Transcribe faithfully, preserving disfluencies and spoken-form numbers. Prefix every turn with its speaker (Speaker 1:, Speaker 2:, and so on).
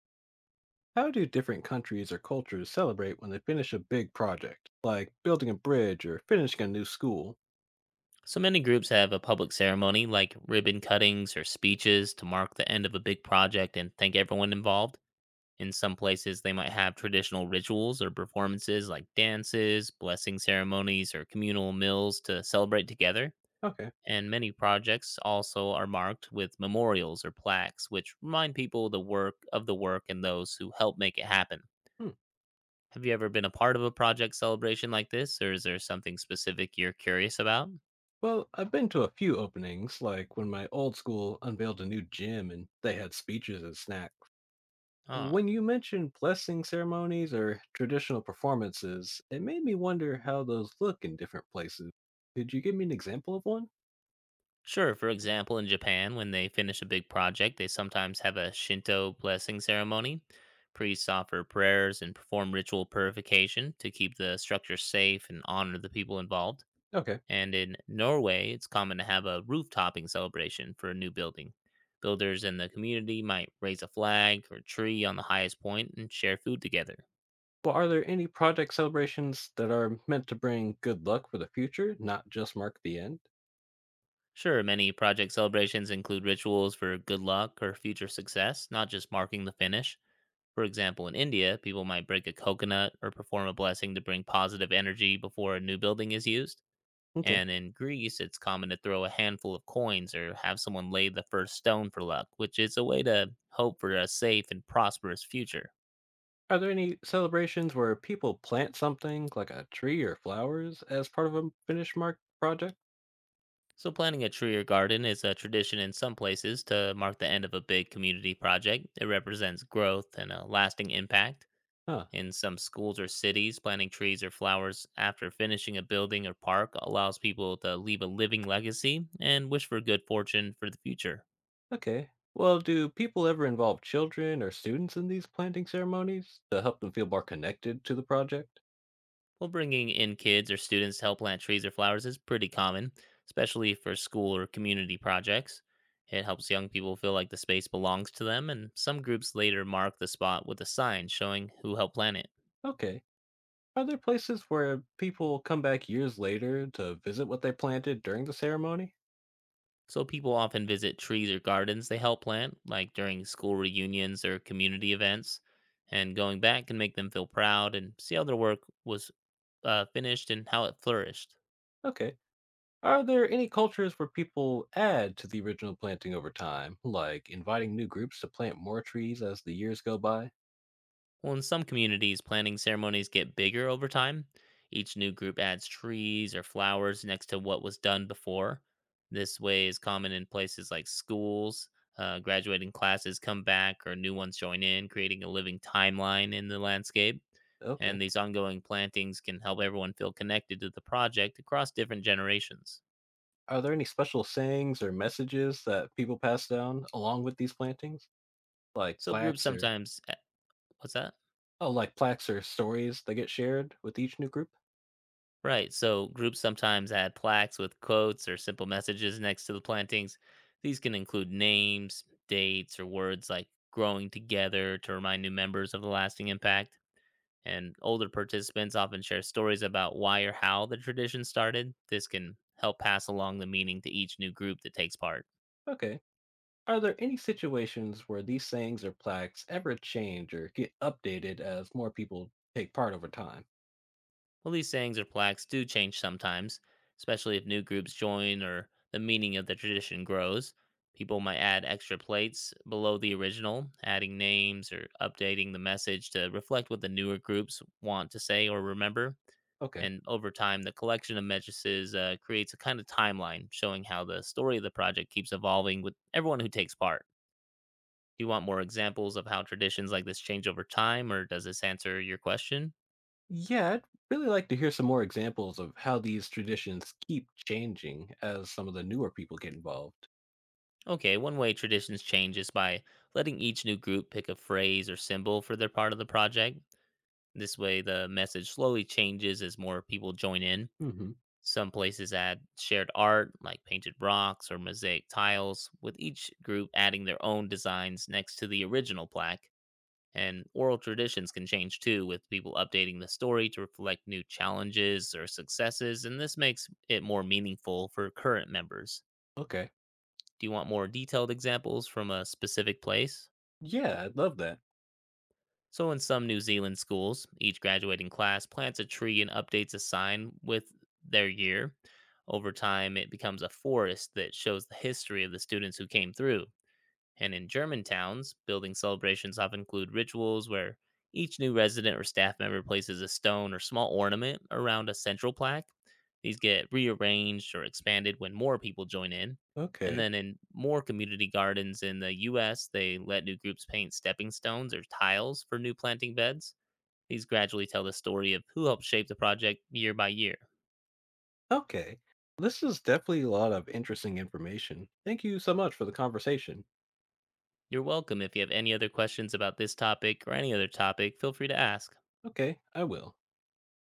Speaker 1: How do different countries or cultures celebrate when they finish a big project, like building a bridge or finishing a new school?
Speaker 2: So many groups have a public ceremony like ribbon cuttings or speeches to mark the end of a big project and thank everyone involved. In some places, they might have traditional rituals or performances like dances, blessing ceremonies, or communal meals to celebrate together.
Speaker 1: Okay.
Speaker 2: And many projects also are marked with memorials or plaques, which remind people the work of the work and those who helped make it happen.
Speaker 1: Hmm.
Speaker 2: Have you ever been a part of a project celebration like this, or is there something specific you're curious about?
Speaker 1: Well, I've been to a few openings, like when my old school unveiled a new gym and they had speeches and snacks.
Speaker 2: Oh.
Speaker 1: When you mentioned blessing ceremonies or traditional performances, it made me wonder how those look in different places. Could you give me an example of one?
Speaker 2: Sure. For example, in Japan, when they finish a big project, they sometimes have a Shinto blessing ceremony. Priests offer prayers and perform ritual purification to keep the structure safe and honor the people involved.
Speaker 1: Okay.
Speaker 2: And in Norway, it's common to have a roof-topping celebration for a new building. Builders and the community might raise a flag or tree on the highest point and share food together.
Speaker 1: Well, are there any project celebrations that are meant to bring good luck for the future, not just mark the end?
Speaker 2: Sure, many project celebrations include rituals for good luck or future success, not just marking the finish. For example, in India, people might break a coconut or perform a blessing to bring positive energy before a new building is used.
Speaker 1: Okay.
Speaker 2: And in Greece, it's common to throw a handful of coins or have someone lay the first stone for luck, which is a way to hope for a safe and prosperous future.
Speaker 1: Are there any celebrations where people plant something, like a tree or flowers, as part of a finish mark project?
Speaker 2: So, planting a tree or garden is a tradition in some places to mark the end of a big community project. It represents growth and a lasting impact.
Speaker 1: Huh.
Speaker 2: In some schools or cities, planting trees or flowers after finishing a building or park allows people to leave a living legacy and wish for good fortune for the future.
Speaker 1: Okay. Well, do people ever involve children or students in these planting ceremonies to help them feel more connected to the project?
Speaker 2: Well, bringing in kids or students to help plant trees or flowers is pretty common, especially for school or community projects. It helps young people feel like the space belongs to them, and some groups later mark the spot with a sign showing who helped plant it.
Speaker 1: Okay. Are there places where people come back years later to visit what they planted during the ceremony?
Speaker 2: So people often visit trees or gardens they help plant, like during school reunions or community events. And going back can make them feel proud and see how their work was uh, finished and how it flourished.
Speaker 1: Okay. Are there any cultures where people add to the original planting over time, like inviting new groups to plant more trees as the years go by?
Speaker 2: Well, in some communities, planting ceremonies get bigger over time. Each new group adds trees or flowers next to what was done before. This way is common in places like schools. Uh, graduating classes come back or new ones join in, creating a living timeline in the landscape.
Speaker 1: Okay.
Speaker 2: And these ongoing plantings can help everyone feel connected to the project across different generations.
Speaker 1: Are there any special sayings or messages that people pass down along with these plantings? Like
Speaker 2: So, groups
Speaker 1: plaques or
Speaker 2: sometimes. eh, What's that?
Speaker 1: oh, like plaques or stories that get shared with each new group?
Speaker 2: Right. So groups sometimes add plaques with quotes or simple messages next to the plantings. These can include names, dates, or words like growing together to remind new members of the lasting impact. And older participants often share stories about why or how the tradition started. This can help pass along the meaning to each new group that takes part.
Speaker 1: Okay. Are there any situations where these sayings or plaques ever change or get updated as more people take part over time?
Speaker 2: Well, these sayings or plaques do change sometimes, especially if new groups join or the meaning of the tradition grows. People might add extra plates below the original, adding names or updating the message to reflect what the newer groups want to say or remember.
Speaker 1: Okay.
Speaker 2: And over time, the collection of messages uh, creates a kind of timeline showing how the story of the project keeps evolving with everyone who takes part. Do you want more examples of how traditions like this change over time, or does this answer your question?
Speaker 1: Yeah, I'd really like to hear some more examples of how these traditions keep changing as some of the newer people get involved.
Speaker 2: Okay, one way traditions change is by letting each new group pick a phrase or symbol for their part of the project. This way, the message slowly changes as more people join in.
Speaker 1: Mhm.
Speaker 2: Some places add shared art, like painted rocks or mosaic tiles, with each group adding their own designs next to the original plaque. And oral traditions can change too, with people updating the story to reflect new challenges or successes, and this makes it more meaningful for current members.
Speaker 1: Okay.
Speaker 2: Do you want more detailed examples from a specific place?
Speaker 1: Yeah, I'd love that.
Speaker 2: So, in some New Zealand schools, each graduating class plants a tree and updates a sign with their year. Over time, it becomes a forest that shows the history of the students who came through. And in German towns, building celebrations often include rituals where each new resident or staff member places a stone or small ornament around a central plaque. These get rearranged or expanded when more people join in. And
Speaker 1: Okay.
Speaker 2: then in more community gardens in the U S, they let new groups paint stepping stones or tiles for new planting beds. These gradually tell the story of who helped shape the project year by year.
Speaker 1: Okay. This is definitely a lot of interesting information. Thank you so much for the conversation.
Speaker 2: You're welcome. If you have any other questions about this topic or any other topic, feel free to ask.
Speaker 1: Okay, I will.